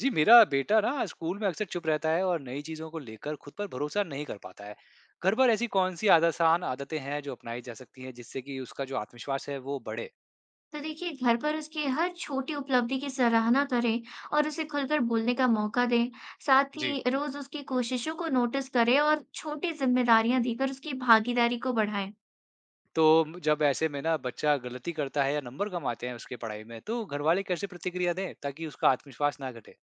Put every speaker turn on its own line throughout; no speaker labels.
जी, मेरा बेटा ना स्कूल में अक्सर चुप रहता है और नई चीज़ों को लेकर खुद पर भरोसा नहीं कर पाता है। घर पर ऐसी कौन-सी आद आसान आदतें हैं जो अपनाई जा सकती हैं जिससे कि उसका जो आत्मविश्वास है वो बढ़े?
तो देखिए, घर पर उसकी हर छोटी उपलब्धि की सराहना करें और उसे खुलकर बोलने का मौका दें। साथ
जी।
ही रोज उसकी कोशिशों को नोटिस करें और छोटी जिम्मेदारियां देकर उसकी भागीदारी को बढ़ाएं।
तो म जब ऐसे में ना बच्चा गलती करता है या नंबर कम आते हैं उसके पढ़ाई में, तो घरवाले कैसे प्रतिक्रिया दें ताकि उसका आत्मविश्वास ना घटे?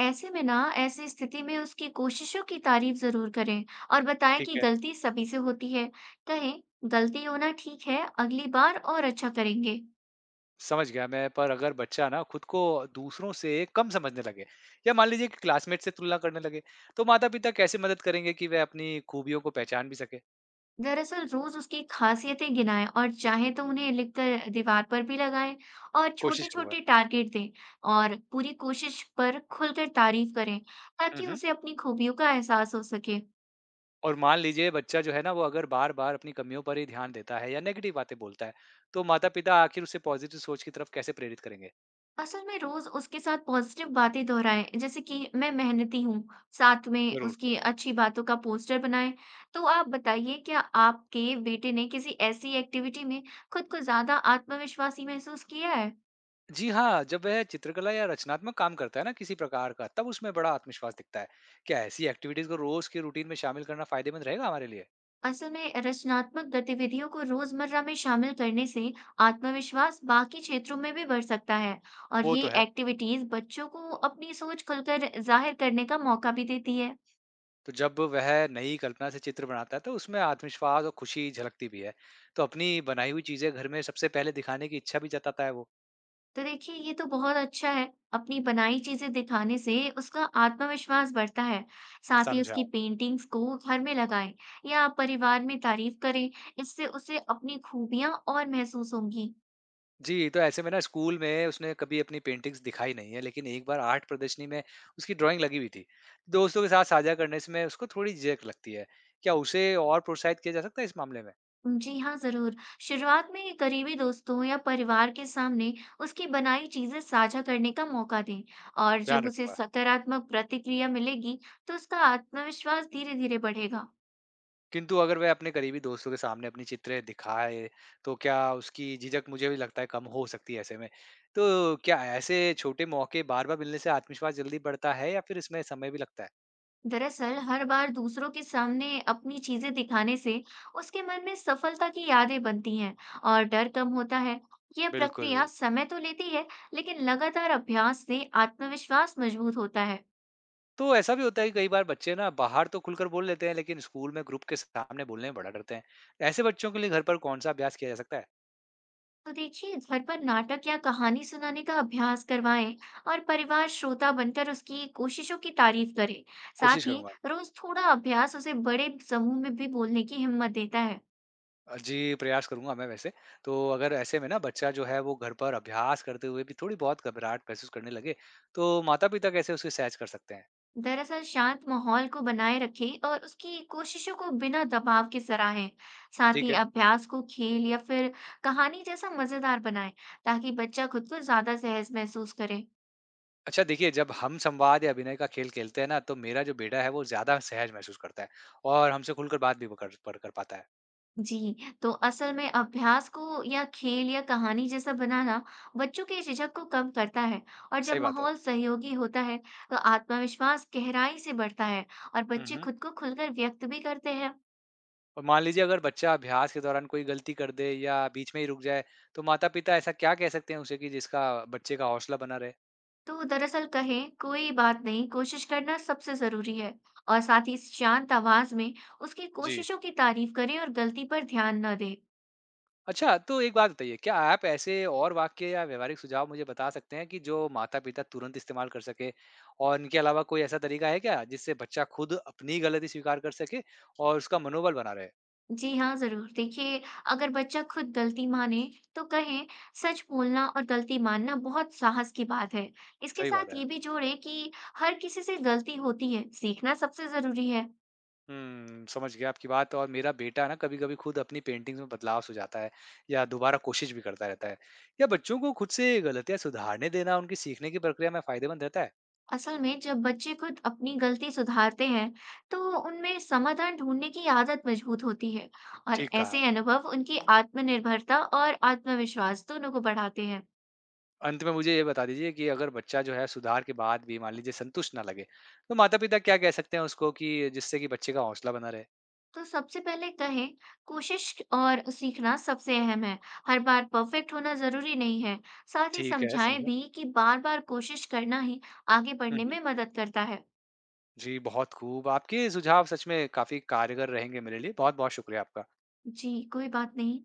ऐसे में ना ऐसी स्थिति में उसकी कोशिशों की तारीफ जरूर करें और बताएं कि
ठीक है।
गलती सभी से होती है। कहें, गलती होना ठीक है, अगली बार और अच्छा करेंगे।
समझ गया मैं, पर अगर बच्चा ना खुद को दूसरों से कम समझने लगे या मान लीजिए कि क्लासमेट से तुलना करने लगे, तो माता-पिता कैसे मदद करेंगे कि वह अपनी खूबियों को पहचान भी सके?
दरअसल, रोज उसकी खासियतें गिनाएं और चाहे तो उन्हें लिखकर दीवार पर भी लगाएं और छोटे
कोशिश करूँगा।
छोटे टारगेट दें और पूरी कोशिश पर खुलकर तारीफ करें
हुँ,
ताकि
हुँ।
उसे अपनी खूबियों का एहसास हो सके।
और मान लीजिए बच्चा जो है ना वो अगर बार-बार अपनी कमियों पर ही ध्यान देता है या नेगेटिव बातें बोलता है, तो माता-पिता आखिर उसे पॉजिटिव सोच की तरफ कैसे प्रेरित करेंगे?
असल में रोज उसके साथ पॉजिटिव बातें दोहराएं, जैसे कि मैं मेहनती हूँ। साथ में
ज़रूर।
उसकी अच्छी बातों का पोस्टर बनाएं। तो आप बताइए, क्या आपके बेटे ने किसी ऐसी एक्टिविटी में खुद को ज्यादा आत्मविश्वासी महसूस किया है?
जी हाँ, जब वह चित्रकला या रचनात्मक काम करता है ना किसी प्रकार का, तब उसमें बड़ा आत्मविश्वास दिखता है। क्या ऐसी एक्टिविटीज़ को रोज़ के रूटीन में शामिल करना फ़ायदेमंद रहेगा हमारे लिए?
असल में रचनात्मक गतिविधियों को रोजमर्रा में शामिल करने से आत्मविश्वास बाकी क्षेत्रों में भी बढ़ सकता है और
वो
ये
तो है।
एक्टिविटीज बच्चों को अपनी सोच खुलकर जाहिर करने का मौका भी देती है।
तो जब वह नई कल्पना से चित्र बनाता है तो उसमें आत्मविश्वास और खुशी झलकती भी है। तो अपनी बनाई हुई चीज़ें घर में सबसे पहले दिखाने की इच्छा भी जताता है वो।
तो देखिए, ये तो बहुत अच्छा है। अपनी बनाई चीजें दिखाने से उसका आत्मविश्वास बढ़ता है। साथ ही
समझा।
उसकी पेंटिंग्स को घर में लगाएं या परिवार में तारीफ करें। इससे उसे अपनी खूबियां और महसूस होंगी।
जी, तो ऐसे में ना स्कूल में उसने कभी अपनी पेंटिंग्स दिखाई नहीं है, लेकिन एक बार आर्ट प्रदर्शनी में उसकी ड्राइंग लगी हुई थी। दोस्तों के साथ साझा करने से मैं उसको थोड़ी झिझक लगती है। क्या उसे और प्रोत्साहित किया जा सकता है इस मामले में?
जी हाँ, ज़रूर। शुरुआत में करीबी दोस्तों या परिवार के सामने उसकी बनाई चीज़ें साझा करने का मौका दें और
ध्यान
जब उसे
रखूँगा।
सकारात्मक प्रतिक्रिया मिलेगी, तो उसका आत्मविश्वास धीरे-धीरे बढ़ेगा।
किंतु अगर वह अपने करीबी दोस्तों के सामने अपनी चित्रें दिखाए, तो क्या उसकी झिझक मुझे भी लगता है कम हो सकती है ऐसे में। तो क्या ऐसे छोटे मौके बार-बार मिलने से आत्मविश्वास जल्दी बढ़ता है या फिर इसमें समय भी लगता है?
दरअसल, हर बार दूसरों के सामने अपनी चीज़ें दिखाने से उसके मन में सफलता की यादें बनती हैं और डर कम होता है। यह
बिल्कुल।
प्रक्रिया समय तो लेती है, लेकिन लगातार अभ्यास से आत्मविश्वास मजबूत होता है।
तो ऐसा भी होता है कि कई बार बच्चे ना बाहर तो खुलकर बोल लेते हैं लेकिन स्कूल में ग्रुप के सामने बोलने में बड़ा डरते हैं। ऐसे बच्चों के लिए घर पर कौन-सा अभ्यास किया जा सकता है?
तो देखिए, घर पर नाटक या कहानी सुनाने का अभ्यास करवाएं और परिवार श्रोता बनकर उसकी कोशिशों की तारीफ करे। साथ
कोशिश
ही
करूंगा।
रोज थोड़ा अभ्यास उसे बड़े समूह में भी बोलने की हिम्मत देता है।
जी, प्रयास करूँगा मैं वैसे। तो अगर ऐसे में ना बच्चा जो है वो घर पर अभ्यास करते हुए भी थोड़ी बहुत घबराहट महसूस करने लगे, तो माता-पिता कैसे उसकी सहज कर सकते हैं?
दरअसल, शांत माहौल को बनाए रखें और उसकी कोशिशों को बिना दबाव के सराहें। साथ
ठीक
ही
है।
अभ्यास को खेल या फिर कहानी जैसा मजेदार बनाएं ताकि बच्चा खुद को ज्यादा सहज महसूस करे।
अच्छा देखिए, जब हम संवाद या अभिनय का खेल खेलते हैं ना, तो मेरा जो बेटा है वो ज़्यादा सहज महसूस करता है और हमसे खुलकर बात भी वो कर पाता है।
जी, तो असल में अभ्यास को या खेल या कहानी जैसा बनाना बच्चों के झिझक को कम करता है और जब
सही बात है।
माहौल सहयोगी होता है, तो आत्मविश्वास गहराई से बढ़ता है और
हुँ,
बच्चे
हुँ।
खुद को खुलकर व्यक्त भी करते हैं।
और मान लीजिए अगर बच्चा अभ्यास के दौरान कोई गलती कर दे या बीच में ही रुक जाए, तो माता-पिता ऐसा क्या कह सकते हैं उसे कि जिसका बच्चे का हौसला बना रहे?
तो दरअसल कहें, कोई बात नहीं, कोशिश करना सबसे जरूरी है। और साथ ही शांत आवाज में उसकी
जी।
कोशिशों की तारीफ करें और गलती पर ध्यान न दें।
अच्छा, तो एक बात बताइए, क्या आप ऐसे और वाक्य या व्यावहारिक सुझाव मुझे बता सकते हैं कि जो माता-पिता तुरंत इस्तेमाल कर सकें? और इनके अलावा कोई ऐसा तरीका है क्या जिससे बच्चा खुद अपनी गलती स्वीकार कर सके और उसका मनोबल बना रहे?
जी हाँ, ज़रूर। देखिए, अगर बच्चा खुद गलती माने, तो कहें, "सच बोलना और गलती मानना बहुत साहस की बात है।" इसके
सही बात
साथ
है।
ये भी जोड़ें कि हर किसी से गलती होती है, सीखना सबसे ज़रूरी है।
हुँ, समझ गया आपकी बात। और मेरा बेटा ना कभी-कभी खुद अपनी पेंटिंग्स में बदलाव सुझाता है या दोबारा कोशिश भी करता रहता है। या बच्चों को खुद से गलतियाँ सुधारने देना उनकी सीखने की प्रक्रिया में फ़ायदेमंद रहता है?
असल में, जब बच्चे खुद अपनी गलती सुधारते हैं, तो उनमें समाधान ढूंढने की आदत मजबूत होती है और
ठीक कहा।
ऐसे अनुभव उनकी आत्मनिर्भरता और आत्मविश्वास दोनों को बढ़ाते हैं।
अंत में मुझे ये बता दीजिए कि अगर बच्चा जो है सुधार के बाद भी मान लीजिए संतुष्ट ना लगे, तो माता-पिता क्या कह सकते हैं उसको कि जिससे कि बच्चे का हौसला बना रहे?
तो सबसे पहले कहें, कोशिश और सीखना सबसे अहम है। हर बार परफेक्ट होना जरूरी नहीं है। साथ ही
ठीक है,
समझाएं
समझा।
भी कि बार बार कोशिश करना ही आगे
हुँ,
बढ़ने में
हुँ।
मदद करता है।
जी, बहुत खूब। आपके सुझाव सच में काफ़ी कारगर रहेंगे मेरे लिए। बहुत-बहुत शुक्रिया आपका।
जी, कोई बात नहीं।